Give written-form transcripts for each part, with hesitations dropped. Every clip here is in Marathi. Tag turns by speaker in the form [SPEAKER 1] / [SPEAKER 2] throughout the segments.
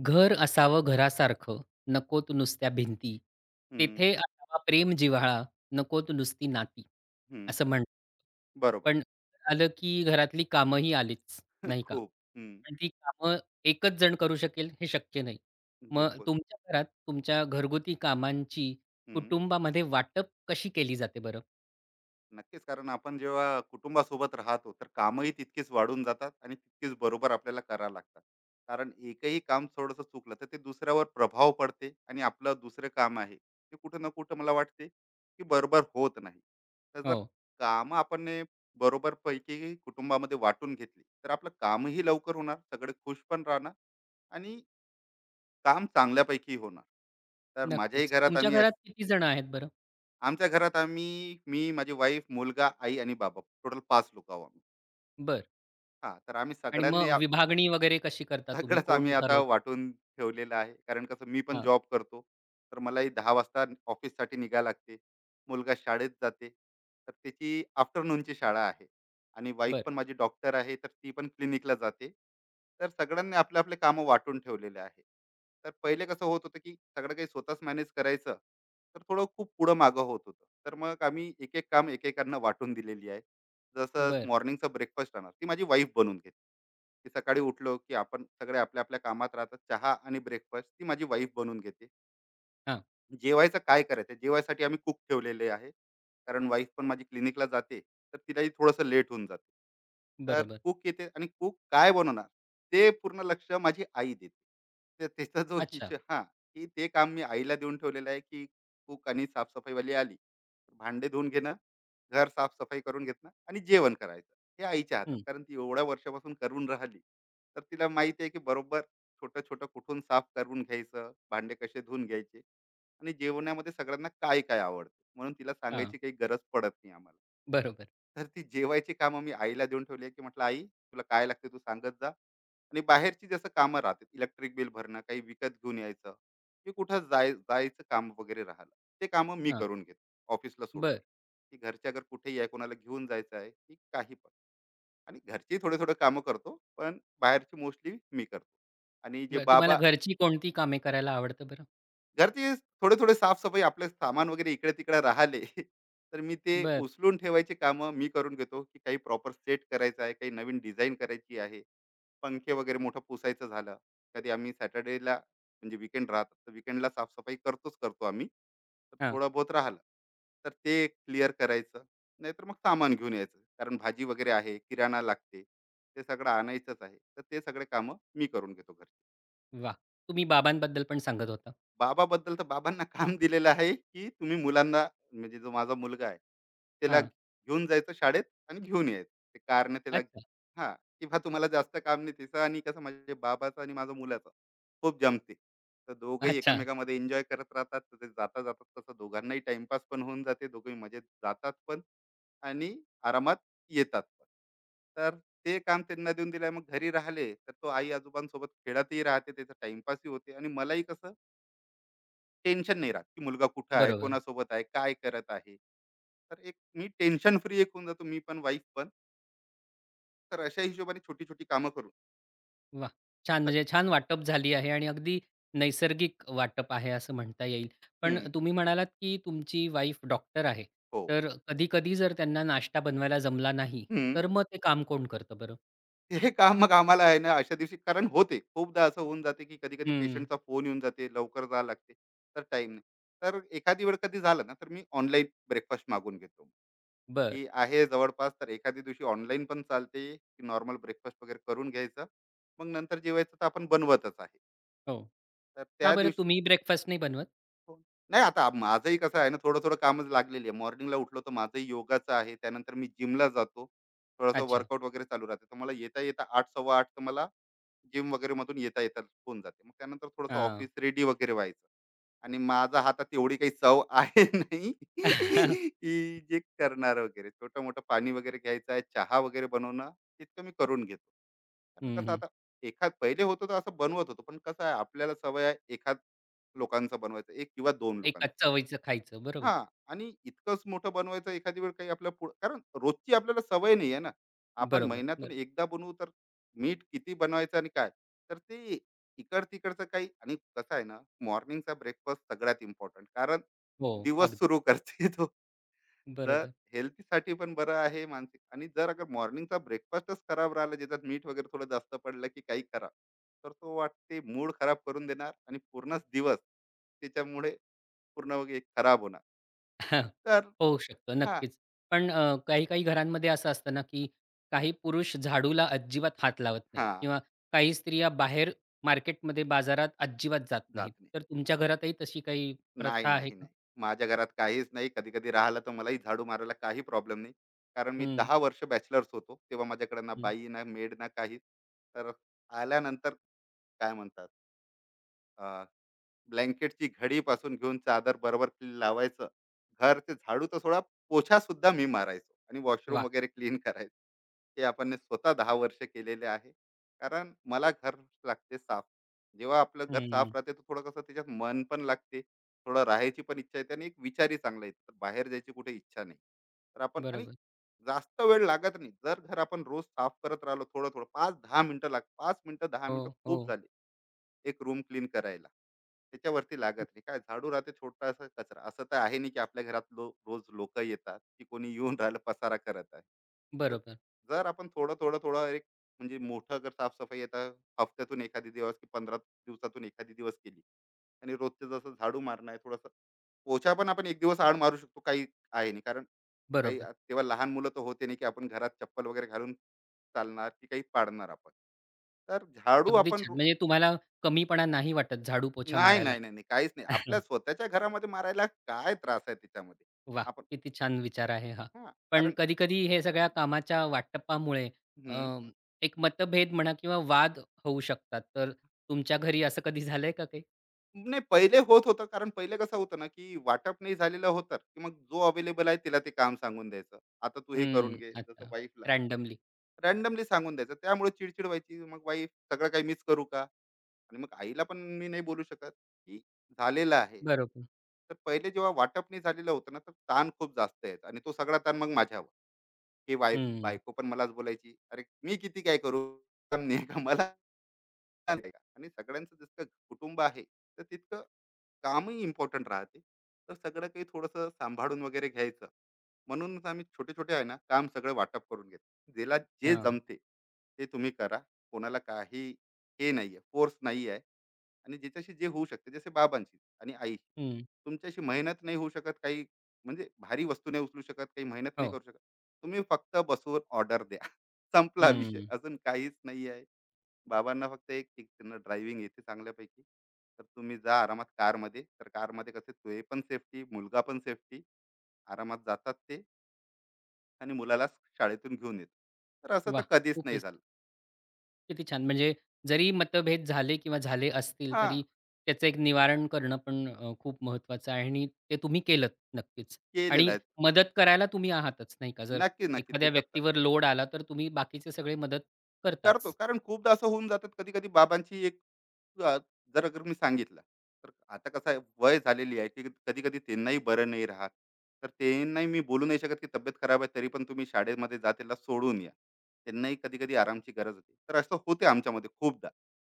[SPEAKER 1] घर असावं घरासारखं, नकोत नुसत्या भिंती.
[SPEAKER 2] हं,
[SPEAKER 1] तेथे असावा प्रेम जिव्हाळा, नकोत नुसती नाती,
[SPEAKER 2] हं.
[SPEAKER 1] असं म्हणतात.
[SPEAKER 2] बरोबर.
[SPEAKER 1] पण आलं की घरातली कामंही आलीच, नाही का?
[SPEAKER 2] खूप. हं.
[SPEAKER 1] पण ती कामं एकच जण करू शकेल हे शक्य नाही. मग
[SPEAKER 2] बिलकुल.
[SPEAKER 1] तुमच्या घरात तुमच्या घरगुती कामांची
[SPEAKER 2] हं.
[SPEAKER 1] कुटुंबामध्ये वाटप कशी केली जाते बरं?
[SPEAKER 2] नक्कीच, कारण आपण जेव्हा कुटुंबासोबत राहतो, तर कामंही तितकीच वाढून जातात आणि तितकीच बरोबर आपल्याला करावं लागतात. कारण एकही काम थोडंसं चुकलं, तर ते दुसऱ्यावर प्रभाव पडते आणि आपलं दुसरं काम आहे, ते कुठं ना कुठं मला वाटते, की बरोबर होत नाही. तर जर
[SPEAKER 1] हो,
[SPEAKER 2] कामं आपण ने बरोबरपैकी कुटुंबामध्ये वाटून घेतली, तर आपलं कामही लवकर होणार, सगळे खुश पण राहणार आणि काम चांगल्यापैकी होणार. तर माझ्याही
[SPEAKER 1] नक्कीच.
[SPEAKER 2] घरात
[SPEAKER 1] तुमच्या
[SPEAKER 2] आम्ही
[SPEAKER 1] घरात किती जण आहेत बरं?
[SPEAKER 2] आमच्या घरात आम्ही मी, माझी वाईफ, मुलगा, आई आणि बाबा, टोटल 5 लोक आहोत आम्ही.
[SPEAKER 1] बरं,
[SPEAKER 2] हा तर आम्ही
[SPEAKER 1] आणि
[SPEAKER 2] सगळ्यांनी
[SPEAKER 1] मग विभागणी वगैरे कशी करता तुम्ही?
[SPEAKER 2] सगळंच आम्ही
[SPEAKER 1] कोण
[SPEAKER 2] आता
[SPEAKER 1] ठरवतं?
[SPEAKER 2] वाटून ठेवलेलं आहे. कारण कसं, मी पण
[SPEAKER 1] हां.
[SPEAKER 2] जॉब करतो. तर मलाही 10 वाजता ऑफिससाठी निघायला लागते. मुलगा शाळेत जाते. तर त्याची आफ्टरनूनची शाळा आहे. आणि वाईफ
[SPEAKER 1] बरं.
[SPEAKER 2] पण माझी डॉक्टर आहे, तर ती पण क्लिनिकला जाते. तर सगळ्यांनी आपले आपले कामं वाटून ठेवलेले आहे. तर पहिले कसं होत होतं, की सगळं काही स्वतःच मॅनेज करायचं. तर थोडं खूप पुढं मागं होत होतं. तर मग आम्ही एक-एक काम एकेकांना वाटून दिलेली आहे. जसं
[SPEAKER 1] बरं.
[SPEAKER 2] मॉर्निंगचा ब्रेकफास्ट राहणार, ती माझी वाईफ बनवून घेते. की सकाळी उठलो की आपण सगळे आपल्या आपल्या कामात राहतात, चहा आणि ब्रेकफास्ट ती माझी वाईफ बनवून घेते.
[SPEAKER 1] हां.
[SPEAKER 2] जेवायचं काय करायचं? जेवायसाठी आम्ही कूक ठेवलेले आहे. कारण वाईफ पण माझी क्लिनिकला जाते, तर तिलाही थोडंसं लेट होऊन जाते. तर
[SPEAKER 1] बरोबर.
[SPEAKER 2] कूक येते आणि कूक काय बनवणार? ते पूर्ण लक्ष माझी आई देते. तर त्याचा जो
[SPEAKER 1] अच्छा.
[SPEAKER 2] की ते काम मी आईला देऊन ठेवलेलं आहे, की कूक आणि साफसफाईवाली आली, तर भांडे धुवून घेणं, घर साफसफाई करून घेणं आणि जेवण करायचं, हे आईच्या हातात.
[SPEAKER 1] हं.
[SPEAKER 2] कारण ती एवढ्या वर्षापासून करून राहिली. तर तिला माहिती आहे, की बरोबर छोटं-छोटं कुठून साफ करून घ्यायचं, भांडे कसे धुवून घ्यायचे. आणि जेवणामध्ये सगळ्यांना काय काय आवडते, म्हणून तिला
[SPEAKER 1] हां.
[SPEAKER 2] सांगायची काही गरज पडत नाही आम्हाला.
[SPEAKER 1] बरोबर.
[SPEAKER 2] तर ती जेवायची कामं मी आईला देऊन ठेवली आहे, की म्हटलं आई तुला काय लागते तू सांगत जा. आणि बाहेरची जसं कामं राहतात, इलेक्ट्रिक बिल भरणं, काही विकत घेऊन यायचं, की कुठं जायचं काम वगैरे राहिलं, ते कामं मी
[SPEAKER 1] हां.
[SPEAKER 2] करून घेतो. ऑफिसला सोडून,
[SPEAKER 1] बरं.
[SPEAKER 2] की घरच्या अगर कुठेही आहे, कोणाला घेऊन जायचं आहे की काही पण. आणि घरची थोडे थोडे कामं करतो, पण बाहेरची मोस्टली मी करतो. आणि जे
[SPEAKER 1] बरं. तुम्हाला
[SPEAKER 2] बाबा,
[SPEAKER 1] घरची कोणती कामे करायला आवडतं बरं?
[SPEAKER 2] घरचे थोडे थोडे साफसफाई, आपले सामान वगैरे इकडे तिकडे राहिले, तर मी ते
[SPEAKER 1] बरं.
[SPEAKER 2] उचलून ठेवायचे कामं मी करून घेतो. की काही प्रॉपर सेट करायचं आहे, काही नवीन डिझाईन करायची आहे, पंखे वगैरे मोठं पुसायचं झालं. कधी आम्ही सॅटर्डेला, म्हणजे विकेंड राहतात, तर विकेंडला साफसफाई करतोच करतो आम्ही. तर
[SPEAKER 1] हां.
[SPEAKER 2] थोडं बहुत राहिलं, तर ते क्लिअर करायचं. नाहीतर मग सामान घेऊन यायचं. कारण भाजी वगैरे आहे, किराणा लागते, ते सगळं आणायचंच आहे, तर ते सगळे कामं मी करून घेतो.
[SPEAKER 1] वाह! तुम्ही बाबांबद्दल पण सांगत होता.
[SPEAKER 2] बाबाबद्दल, तर बाबांना काम दिलेलं आहे, की तुम्ही मुलांना, म्हणजे जो माझा मुलगा आहे, त्याला
[SPEAKER 1] हां.
[SPEAKER 2] घेऊन जायचं शाळेत आणि घेऊन यायचं. ते कारने त्याला.
[SPEAKER 1] अच्छा.
[SPEAKER 2] हां, की बा तुम्हाला जास्त काम नाही तिचं. आणि कसं, म्हणजे बाबाचं आणि माझ्या मुलाचं खूप जमते. तर दोघंही
[SPEAKER 1] अच्छा.
[SPEAKER 2] एकमेकांमध्ये एन्जॉय करत राहतात. तर ते जाता-जाता तसं दोघांनाही टाईमपास पण होऊन जाते. दोघंही मजेत जातात पण. आणि आरामात येतात पण. तर ते काम त्यांना देऊन दिलं. मग घरी राहिले, तर तो आई-आजोबांसोबत खेळतही राहते. त्याचा टाईमपासही होते आणि मलाही कसं टेन्शन नाही राहत, की मुलगा कुठं आहे,
[SPEAKER 1] बरोबर.
[SPEAKER 2] कोणासोबत आहे, काय करत आहे. तर एक मी टेन्शन फ्री एक होऊन जातो, मी पण, वाईफ पण. तर अशा हिशोबाने छोटी-छोटी कामं करून.
[SPEAKER 1] वाह! छान,
[SPEAKER 2] तर
[SPEAKER 1] म्हणजे छान वाटप झाली आहे आणि अगदी नैसर्गिक वाटप आहे असं म्हणता येईल. पण
[SPEAKER 2] हं,
[SPEAKER 1] तुम्ही म्हणालात, की तुमची वाईफ डॉक्टर आहे.
[SPEAKER 2] हो,
[SPEAKER 1] तर कधी-कधी जर त्यांना नाश्ता बनवायला जमला नाही,
[SPEAKER 2] हं.
[SPEAKER 1] तर मग ते काम कोण करतं बरं?
[SPEAKER 2] हे काम मग आम्हाला आहे ना, अशा दिवशी कारण होते. खूपदा असं होऊन जाते, की कधी-कधी
[SPEAKER 1] हं.
[SPEAKER 2] पेशंटचा फोन येऊन जाते, लवकर जावं लागते, तर टाईम नाही. तर एखादी वेळ कधी झालं ना, तर मी ऑनलाईन ब्रेकफास्ट मागवून घेतो,
[SPEAKER 1] बरं.
[SPEAKER 2] की आहे जवळपास, तर एखाद्या दिवशी ऑनलाईन पण चालते, की नॉर्मल ब्रेकफास्ट वगैरे करून घ्यायचं. मग नंतर जेवायचं तर आपण बनवतच आहे.
[SPEAKER 1] हो.
[SPEAKER 2] तर
[SPEAKER 1] का
[SPEAKER 2] त्या
[SPEAKER 1] बरं
[SPEAKER 2] दिवशी.
[SPEAKER 1] तुम्ही ब्रेकफास्ट नाही बनवत?
[SPEAKER 2] हो. नाही, आता माझंही कसं आहे ना, थोडं-थोडं कामच लागलेली आहे. मॉर्निंगला उठलो तर माझंही योगाचं आहे. त्यानंतर मी जिमला जातो. थोडंसं
[SPEAKER 1] अच्छा.
[SPEAKER 2] वर्कआउट वगैरे चालू राहते. तर मला येता-येता 8, सव्वा 8 तर मला जिम वगैरेमधून येता-येता होऊन जाते. मग त्यानंतर थोडंसं
[SPEAKER 1] हां.
[SPEAKER 2] ऑफिस रेडी वगैरे व्हायचं. आणि माझ्या हातात एवढी काही चव आहे नाही, की जे करणार वगैरे. छोटं-मोठं पाणी वगैरे घ्यायचं आहे, चहा वगैरे बनवणं, तितकं मी करून घेतो. कारण
[SPEAKER 1] हं,
[SPEAKER 2] कसं
[SPEAKER 1] हं.
[SPEAKER 2] आता, एखाद पहिले होतं तर असं बनवत होतो. पण कसं आहे, आपल्याला सवय आहे एखाद लोकांचं बनवायचं, एक किंवा दोन लोकांचं.
[SPEAKER 1] एकाच चवईचं खायचं. बरोबर.
[SPEAKER 2] हा, आणि इतकंच मोठं बनवायचं एखादी वेळ काही आपल्या पुढं, कारण रोजची आपल्याला सवय नाही आहे ना. आपण
[SPEAKER 1] बरोबर,
[SPEAKER 2] महिन्यातून
[SPEAKER 1] बरोबर.
[SPEAKER 2] एकदा बनवू, तर मीठ किती बनवायचं आणि काय. तर ते इकड तिकडचं काही. आणि कसं आहे ना, मॉर्निंगचा ब्रेकफास्ट सगळ्यात इम्पॉर्टंट, कारण
[SPEAKER 1] हो,
[SPEAKER 2] दिवस
[SPEAKER 1] अगदी.
[SPEAKER 2] सुरू करते. जर
[SPEAKER 1] बरोबर.
[SPEAKER 2] हेल्थीसाठी पण बरं आहे मानसिक. आणि जर अगर मॉर्निंगचा ब्रेकफास्टच खराब राहिला, ज्याच्यात मीठ वगैरे थोडं जास्त पडलं की काही खराब, तर तो वाटते मूड खराब करून देणार आणि पूर्णच दिवस त्याच्यामुळे पूर्ण वगैरे खराब होणार. तर
[SPEAKER 1] होऊ शकतं
[SPEAKER 2] हा.
[SPEAKER 1] नक्कीच. पण काही-काही घरांमध्ये असं असतं ना, की काही पुरुष झाडूला अजिबात हात लावत नाहीत
[SPEAKER 2] हा,
[SPEAKER 1] किंवा काही स्त्रिया बाहेर मार्केटमध्ये, बाजारात अजिबात जात
[SPEAKER 2] जात
[SPEAKER 1] नाहीत. तर तुमच्या घरातही तशी काही
[SPEAKER 2] नाही.
[SPEAKER 1] प्रथा
[SPEAKER 2] नाही,
[SPEAKER 1] आहे
[SPEAKER 2] नाही,
[SPEAKER 1] का?
[SPEAKER 2] नाही, माझ्या घरात काहीच नाही. कधी कधी राहिलं तर मलाही झाडू मारायला काही प्रॉब्लेम नाही. कारण मी
[SPEAKER 1] हं,
[SPEAKER 2] 10 वर्ष बॅचलर्स होतो. तेव्हा माझ्याकडे ना
[SPEAKER 1] हं.
[SPEAKER 2] बाई, ना मेड, ना काही. तर आल्यानंतर, काय म्हणतात, ब्लँकेटची घडी पासून घेऊन चादर बरोबर लावायचं. घर ते झाडू तर सोडा, पोछा सुद्धा मी मारायचो आणि वॉशरूम
[SPEAKER 1] वाह!
[SPEAKER 2] वगैरे क्लीन करायचो. हे आपण ने स्वतः 10 वर्ष केलेले आहे. कारण मला घर लागते साफ. जेव्हा आपलं घर साफ
[SPEAKER 1] हं.
[SPEAKER 2] राहते, तर थोडं कसं त्याच्यात मन पण लागते. थोडं राहायची पण इच्छा येते आणि एक विचारही चांगला येतो. बाहेर जायची कुठे इच्छा नाही. तर आपण, आणि
[SPEAKER 1] बरोबर.
[SPEAKER 2] जास्त वेळ लागत नाही. जर घर आपण रोज साफ करत राहिलो थोडं-थोडं, 5-10 मिनिटं 5 मिनिटं, 10
[SPEAKER 1] हो,
[SPEAKER 2] मिनिटं खूप
[SPEAKER 1] हो.
[SPEAKER 2] झाली. एक रूम क्लीन करायला त्याच्यावरती लागत नाही काय. झाडू राहते, छोटासा कचरा, असं तर आहे नाही की आपल्या घरात लो, रोज लोक येतात की कोणी येऊन राहिलं, पसारा करत आहे. तर
[SPEAKER 1] बरोबर,
[SPEAKER 2] जर आपण थोडं थोडं थोडं एक, म्हणजे मोठं जर साफसफाई येतं हफ्त्यातून एखादी दिवस की 15 दिवसातून एखादी दिवस केली, आणि रोजचं जसं झाडू मारणं आहे थोडंसं, पोछा पण आपण एक दिवस आड मारू शकतो, काही आहे नाही. कारण
[SPEAKER 1] बरोबर.
[SPEAKER 2] तेव्हा लहान मुलं तर होते नाही, की आपण घरात चप्पल वगैरे घालून चालणार की काही पाडणार आपण. तर झाडू
[SPEAKER 1] अगदी
[SPEAKER 2] आपण.
[SPEAKER 1] छान. म्हणजे तुम्हाला कमीपणा नाही वाटत झाडू पोछा
[SPEAKER 2] नाही,
[SPEAKER 1] मारायला.
[SPEAKER 2] नाही, नाही, नाही. काहीच नाही. आपल्या स्वतःच्या घरामध्ये मारायला काय त्रास आहे त्याच्यामध्ये?
[SPEAKER 1] वाह!
[SPEAKER 2] आपण.
[SPEAKER 1] किती छान विचार आहे हा.
[SPEAKER 2] हां,
[SPEAKER 1] पण
[SPEAKER 2] कारण,
[SPEAKER 1] कधी-कधी हे सगळ्या कामाच्या वाटपामुळे अ,
[SPEAKER 2] हं.
[SPEAKER 1] एक मतभेद म्हणा किंवा वाद होऊ शकतात. तर तुमच्या घरी असं कधी झालंय का काही?
[SPEAKER 2] नाही, पहिले होत होतं. कारण पहिले कसं होतं ना, की वाटप नाही झालेलं होतं, की मग जो अवेलेबल आहे तिला ते काम सांगून द्यायचं. आता तू हे करून
[SPEAKER 1] हं,
[SPEAKER 2] घे. जसं
[SPEAKER 1] अच्छा.
[SPEAKER 2] वाईफला
[SPEAKER 1] रँडमली.
[SPEAKER 2] रँडमली सांगून द्यायचं. त्यामुळे चिड व्हायची. मग वाईफ, सगळं काही मिस करू का? आणि मग आईला पण मी नाही बोलू शकत की झालेलं आहे.
[SPEAKER 1] बरोबर.
[SPEAKER 2] तर पहिले जेव्हा वाटप नाही झालेलं होतं ना, तर ताण खूप जास्त यायचा आणि तो सगळा ताण मग माझ्यावर. की बाय
[SPEAKER 1] हं.
[SPEAKER 2] बायको पण मलाच बोलायची, "अरे, मी किती काय करू? काम नाही का मला. छान आहे. का? आणि सगळ्यांचं जितकं कुटुंब आहे, तर तितकं कामही इम्पोर्टंट राहते. तर सगळं काही थोडंसं सांभाळून वगैरे घ्यायचं. म्हणूनच आम्ही छोटे-छोटे आहे ना, काम सगळं वाटप करून घेतो. ज्याला जे
[SPEAKER 1] हां.
[SPEAKER 2] जमते, ते तुम्ही करा. कोणाला काही हे नाहीये, फोर्स नाही आहे. आणि ज्याच्याशी जे होऊ शकते, जसे बाबांशी आणि आईशी.
[SPEAKER 1] हं.
[SPEAKER 2] तुमच्याशी मेहनत नाही होऊ शकत, काही म्हणजे भारी वस्तू नाही उचलू शकत, काही मेहनत नाही
[SPEAKER 1] हो.
[SPEAKER 2] करू शकत. तुम्ही फक्त बसून ऑर्डर द्या. संपला विषय.
[SPEAKER 1] हं.
[SPEAKER 2] अजून काहीच नाही आहे. बाबांना फक्त एक, की त्यांना ड्रायव्हिंग येते चांगल्यापैकी. तर तुम्ही जा आरामात कारमध्ये. तर कारमध्ये कसं, ते पण सेफ्टी, मुलगा पण सेफ्टी. आरामात जातात ते, आणि मुलाला शाळेतून घेऊन येतात. तर असं तर
[SPEAKER 1] वाह!
[SPEAKER 2] कधीच नाही
[SPEAKER 1] खूपच,
[SPEAKER 2] झालं.
[SPEAKER 1] किती छान! म्हणजे जरी मतभेद झाले किंवा झाले असतील,
[SPEAKER 2] हां,
[SPEAKER 1] तरी त्याचं एक निवारण करणं पण खूप महत्त्वाचं आहे आणि ते तुम्ही केलंत नक्कीच.
[SPEAKER 2] केलेलं
[SPEAKER 1] आणि
[SPEAKER 2] आहे.
[SPEAKER 1] मदत करायला तुम्ही आहातच नाही का? जर
[SPEAKER 2] नक्की, नक्की.
[SPEAKER 1] एखाद्या
[SPEAKER 2] त्याच्यात
[SPEAKER 1] व्यक्तीवर लोड आला, तर तुम्ही बाकीचे सगळे मदत करताच.
[SPEAKER 2] करतोच. कारण खूपदा असं होऊन जातात, कधी-कधी बाबांची एक, अ, जर अगर मी सांगितलं, तर आता कसं आहे, वय झालेली आहे, की कधी कधी त्यांनाही बरं नाही राहत. तर त्यांनाही मी बोलू नाही शकत, की तब्येत खराब आहे तरी पण तुम्ही शाळेमध्ये जा, त्याला सोडून या. त्यांनाही कधी कधी आरामची गरज होती. तर असं होते आमच्यामध्ये खूपदा.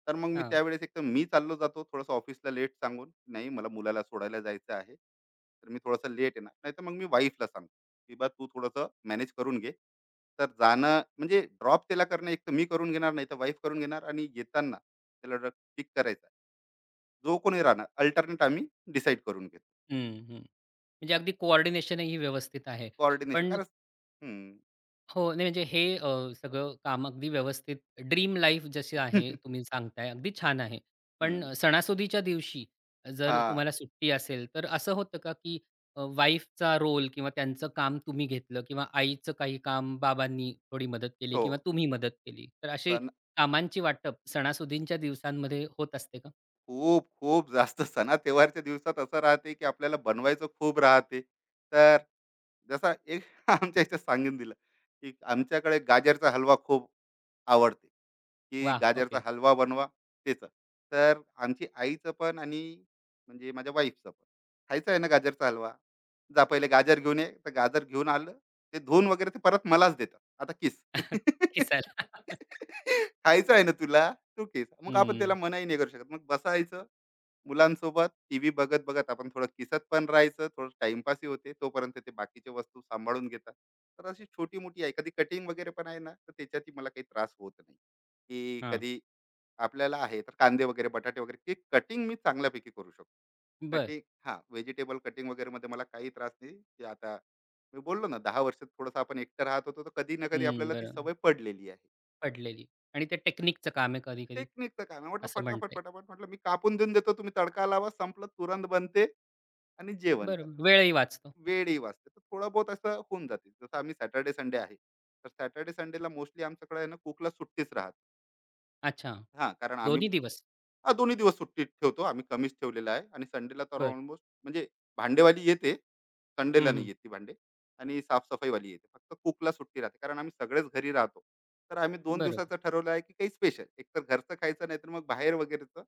[SPEAKER 2] तर मग मी
[SPEAKER 1] हां.
[SPEAKER 2] त्यावेळेस, एक तर मी चाललो जातो, थोडंसं ऑफिसला लेट सांगून, नाही मला मुलाला सोडायला जायचं आहे, तर मी थोडंसं लेट येणार. नाही तर मग मी वाईफला सांगतो, की बा तू थोडंसं मॅनेज करून घे. तर जाणं, म्हणजे ड्रॉप त्याला करणं, एक तर मी करून घेणार, नाही तर वाईफ करून घेणार. आणि येताना त्याला पिक करायचा, जो कोणी राहणार, अल्टरनेट आम्ही डिसाईड करून घेतो.
[SPEAKER 1] हं, हं. म्हणजे अगदी कोऑर्डिनेशनही व्यवस्थित आहे.
[SPEAKER 2] कोऑर्डिनेशन
[SPEAKER 1] पण
[SPEAKER 2] कारण. हम्म.
[SPEAKER 1] हो, नाही, म्हणजे हे सगळं काम अगदी व्यवस्थित ड्रीम लाईफ जशी आहे तुम्ही सांगताय, अगदी छान आहे. पण
[SPEAKER 2] हम्म.
[SPEAKER 1] सणासुदीच्या दिवशी जर
[SPEAKER 2] हा.
[SPEAKER 1] तुम्हाला सुट्टी असेल, तर असं होतं का की वाईफचा रोल किंवा त्यांचं काम तुम्ही घेतलं किंवा आईचं काही काम बाबांनी थोडी मदत केली
[SPEAKER 2] हो.
[SPEAKER 1] किंवा तुम्ही मदत केली. तर अशी
[SPEAKER 2] सण
[SPEAKER 1] कामांची वाटप सणासुदींच्या दिवसांमध्ये होत असते का?
[SPEAKER 2] खूप खूप जास्त, सणा त्योहारच्या दिवसात असं राहते की आपल्याला बनवायचं खूप राहते. तर जसा एक, आमच्या इथे सांगून दिलं की आमच्याकडे गाजरचा हलवा खूप आवडते, की
[SPEAKER 1] वाह!
[SPEAKER 2] गाजरचा
[SPEAKER 1] ओके.
[SPEAKER 2] हलवा बनवा. त्याचं, तर आमची आईचं पण आणि म्हणजे माझ्या वाईफचं पण खायचं आहे ना गाजरचा हलवा. जा पहिले गाजर घेऊन ये. तर गाजर घेऊन आलं, ते धुवून वगैरे ते परत मलाच देतात, आता किस.
[SPEAKER 1] किसाला.
[SPEAKER 2] खायचं आहे ना तुला, तू किस. मग आपण
[SPEAKER 1] हं,
[SPEAKER 2] त्याला मनाही नाही करू शकत. मग बसायचं मुलांसोबत टीव्ही बघत बघत, आपण थोडं किसत पण राहायचं. थोडं टाइमपासही होते, तोपर्यंत ते बाकीचे वस्तू सांभाळून घेतात. तर अशी छोटी मोठी आहे, कधी कटिंग वगैरे पण आहे ना. तर त्याच्यातही मला काही त्रास होत नाही, की
[SPEAKER 1] हां.
[SPEAKER 2] कधी आपल्याला आहे तर कांदे वगैरे बटाटे वगैरे की कटिंग मी चांगल्यापैकी करू शकतो.
[SPEAKER 1] बरं.
[SPEAKER 2] कटिंग हा व्हेजिटेबल कटिंग वगैरे मध्ये मला काही त्रास नाही. की आता मी बोललो ना, 10 वर्षात थोडंसं आपण एकटं राहत होतो, तर कधी ना कधी
[SPEAKER 1] हं,
[SPEAKER 2] आपल्याला ती
[SPEAKER 1] बरं.
[SPEAKER 2] सवय पडलेली आहे.
[SPEAKER 1] पडलेली आणि ते टेक्निकचं काम आहे कधी-कधी.
[SPEAKER 2] टेक्निकचं काय, मी म्हटलं
[SPEAKER 1] असं
[SPEAKER 2] फटाफट
[SPEAKER 1] म्हणता?
[SPEAKER 2] फटाफट, म्हटलं मी कापून देऊन देतो, तुम्ही तडका लावा, संपलं, तुरंत बनते आणि जेवण करा.
[SPEAKER 1] बरं, वेळही वाचतो.
[SPEAKER 2] वेळही वाचते. तर थोडं बहुत असं होऊन जाते. जसं आम्ही सॅटर्डे संडे आहे तर सॅटर्डे संडेला मोस्टली आमच्याकडे आहे ना, कुकला सुट्टीच राहते.
[SPEAKER 1] अच्छा,
[SPEAKER 2] हां, कारण आम्ही,
[SPEAKER 1] दोन्ही दिवस.
[SPEAKER 2] हा दोन्ही दिवस सुट्टी ठेवतो. आम्ही कमीच ठेवलेला आहे आणि संडेला तर
[SPEAKER 1] बरं.
[SPEAKER 2] ऑलमोस्ट म्हणजे भांडेवाली येते, संडेला
[SPEAKER 1] हं,
[SPEAKER 2] नाही
[SPEAKER 1] हं.
[SPEAKER 2] येत ती भांडे. आणि साफसफाईवाली येते, फक्त कुकला सुट्टी राहते, कारण आम्ही सगळेच घरी राहतो. तर आम्ही दोन
[SPEAKER 1] बरोबर.
[SPEAKER 2] दिवसाचं ठरवलं आहे की काही स्पेशल, एक तर घरचं खायचं नाही तर मग बाहेर वगैरेचं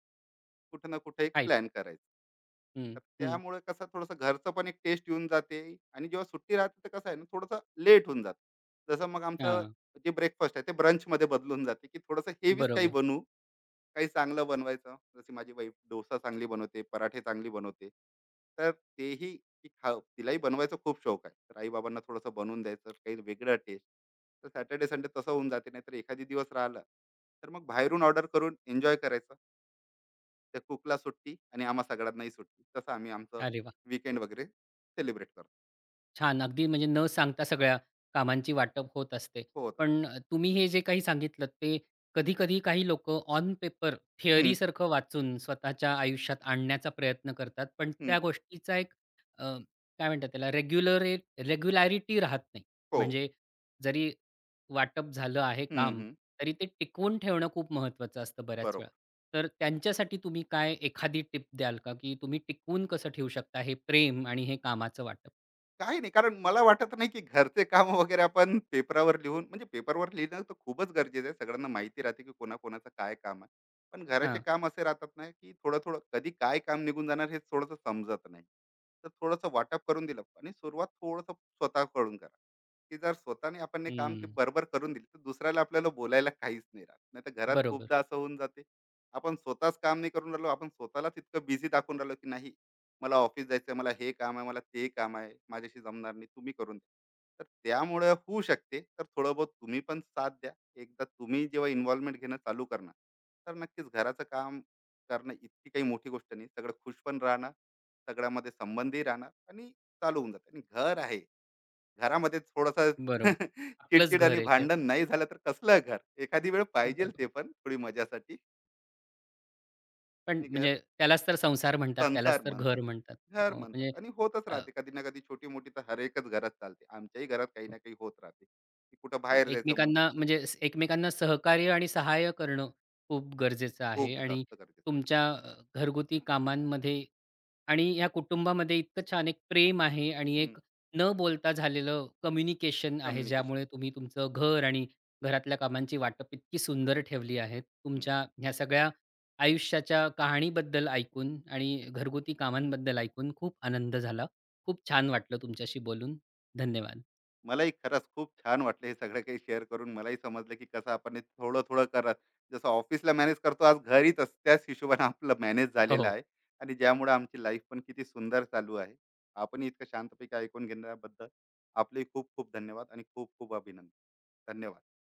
[SPEAKER 2] कुठं ना कुठं एक
[SPEAKER 1] काहीच.
[SPEAKER 2] प्लॅन करायचं.
[SPEAKER 1] हं,
[SPEAKER 2] तर
[SPEAKER 1] हं.
[SPEAKER 2] त्यामुळे कसं थोडंसं घरचं पण एक टेस्ट येऊन जाते. आणि जेव्हा सुट्टी राहते तर कसं आहे ना, थोडंसं लेट होऊन जातं. जसं मग आमचं
[SPEAKER 1] हां,
[SPEAKER 2] जे ब्रेकफास्ट आहे ते ब्रंचमध्ये बदलून जाते. की थोडंसं हेवीच काही
[SPEAKER 1] बरोबर.
[SPEAKER 2] बनू, काही चांगलं बनवायचं. जशी माझी वाईफ डोसा चांगली बनवते, पराठे चांगली बनवते. तर तेही की खा, तिलाही बनवायचा खूप शौक आहे. तर आई बाबांना थोडंसं बनवून द्यायचं, काही वेगळं टेस्ट. तर सॅटर्डे संडे तसं होऊन जाते. नाही तर एखादी दिवस राहिला तर मग बाहेरून ऑर्डर करून एन्जॉय करायचं. त्या कुकला सुट्टी आणि आम्हा सगळ्यांनाही सुट्टी. तसं आम्ही आमचं
[SPEAKER 1] अरे वाह!
[SPEAKER 2] वीकेंड वगैरे सेलिब्रेट करतो.
[SPEAKER 1] छान. अगदी म्हणजे न सांगता सगळ्या कामांची वाटप होत असते.
[SPEAKER 2] हो, होतं.
[SPEAKER 1] पण तुम्ही हे जे काही सांगितलत ते कधी-कधी काही लोक ऑन पेपर
[SPEAKER 2] हम्म,
[SPEAKER 1] थिअरीसारखं वाचून स्वतःच्या आयुष्यात आणण्याचा प्रयत्न करतात. पण
[SPEAKER 2] हम्म,
[SPEAKER 1] त्या गोष्टीचा एक अ, काय म्हणतात त्याला रेग्युलॅरिटी राहत नाही.
[SPEAKER 2] हो,
[SPEAKER 1] म्हणजे जरी वाटप झालं आहे
[SPEAKER 2] हम्म,
[SPEAKER 1] काम,
[SPEAKER 2] हम्म,
[SPEAKER 1] तरी ते टिकवून ठेवणं खूप महत्त्वाचं असतं बऱ्याच वेळा.
[SPEAKER 2] बरोबर.
[SPEAKER 1] तर त्यांच्यासाठी तुम्ही काय एखादी टिप द्याल का, की तुम्ही टिकवून कसं ठेवू शकता हे प्रेम आणि हे कामाचं वाटप?
[SPEAKER 2] काही नाही, कारण मला वाटत नाही की घरचे काम वगैरे आपण पेपरावर लिहून, म्हणजे पेपरवर लिहिणं तर खूपच गरजेचं आहे, सगळ्यांना माहिती राहते की कोणाकोणाचं काय काम आहे. पण घराचे काम असे राहतात ना की थोडं थोडं कधी काय काम निघून जाणार हे थोडंसं समजत नाही. तर थोडंसं वाटप करून दिलं आणि सुरुवात थोडंसं स्वतःकडून करा. की जर स्वतःने आपण हे काम ते
[SPEAKER 1] हं.
[SPEAKER 2] बरोबर करून दिले तर दुसऱ्याला आपल्याला बोलायला काहीच नाही राहत. नाही तर घरात
[SPEAKER 1] बरोबर,
[SPEAKER 2] खूपदा असं होऊन जाते, आपण स्वतःच काम नाही करून राहिलो, आपण स्वतःलाच इतकं बिझी दाखवून राहिलो की नाही, मला ऑफिस जायचं आहे, मला हे काम आहे, मला ते काम आहे, माझ्याशी जमणार नाही, तुम्ही करून द्या. तर त्यामुळे होऊ शकते. तर थोडं बहुत तुम्ही पण साथ द्या. एकदा तुम्ही जेव्हा इन्व्हॉल्वमेंट घेणं चालू करणार, तर नक्कीच घराचं काम करणं इतकी काही मोठी गोष्ट नाही. सगळं खुश पण राहणार, सगळ्यामध्ये संबंधी राहणार आणि चालू होऊन जातं. आणि घर आहे, घरामध्ये थोडासा
[SPEAKER 1] बरोबर. आपलंच
[SPEAKER 2] चिडचिड
[SPEAKER 1] घर
[SPEAKER 2] आणि
[SPEAKER 1] आहे ते.
[SPEAKER 2] भांडण नाही झालं तर कसलं घर. एखादी वेळ पाहिजे ते
[SPEAKER 1] बरोबर.
[SPEAKER 2] पण, थोडी मजासाठी.
[SPEAKER 1] पण
[SPEAKER 2] आणि घर
[SPEAKER 1] म्हणजे त्यालाच तर संसार म्हणतात, त्यालाच
[SPEAKER 2] संसार
[SPEAKER 1] तर
[SPEAKER 2] म्हणतात,
[SPEAKER 1] घर म्हणतात.
[SPEAKER 2] घर
[SPEAKER 1] अ,
[SPEAKER 2] म्हणतात,
[SPEAKER 1] म्हणजे
[SPEAKER 2] आणि होतच
[SPEAKER 1] अ,
[SPEAKER 2] राहते, कधी ना कधी छोटी मोठी तर हर एकच घरात चालते. आमच्याही घरात काही ना काही होत राहते. की कुठं बाहेर जायचं मन,
[SPEAKER 1] एकमेकांना एकमेकांना सहकार्य आणि सहाय्य करणं खूप गरजेचं आहे
[SPEAKER 2] खूप
[SPEAKER 1] आणि
[SPEAKER 2] जास्त गरजेचं.
[SPEAKER 1] तुमच्या घरगुती कामांमध्ये आणि ह्या कुटुंबामध्ये इतकं छान एक प्रेम आहे आणि
[SPEAKER 2] हं,
[SPEAKER 1] एक न बोलता झालेलं कम्युनिकेशन आहे,
[SPEAKER 2] कम्युनिकेशन.
[SPEAKER 1] ज्यामुळे तुम्ही तुमचं घर आणि घरातल्या कामांची वाटप इतकी सुंदर ठेवली आहे.
[SPEAKER 2] हं.
[SPEAKER 1] तुमच्या ह्या सगळ्या आयुष्याच्या कहाणीबद्दल ऐकून आणि घरगुती कामांबद्दल ऐकून खूप आनंद झाला. खूप छान वाटलं तुमच्याशी बोलून. धन्यवाद.
[SPEAKER 2] मलाही खरंच खूप छान वाटलं हे सगळं काही शेअर करून. मलाही समजलं की कसं आपण हे थोडं-थोडं करत, जसं ऑफिसला मॅनेज करतो, आज घरी तसं त्याच हिशोबाने आपलं मॅनेज झालेलं
[SPEAKER 1] हो.
[SPEAKER 2] आहे. आणि ज्यामुळे आमची लाईफ पण किती सुंदर चालू आहे. आपणही इतकं शांतपैकी ऐकून घेण्याबद्दल आपलेही खूप खूप धन्यवाद आणि खूप खूप अभिनंदन. धन्यवाद.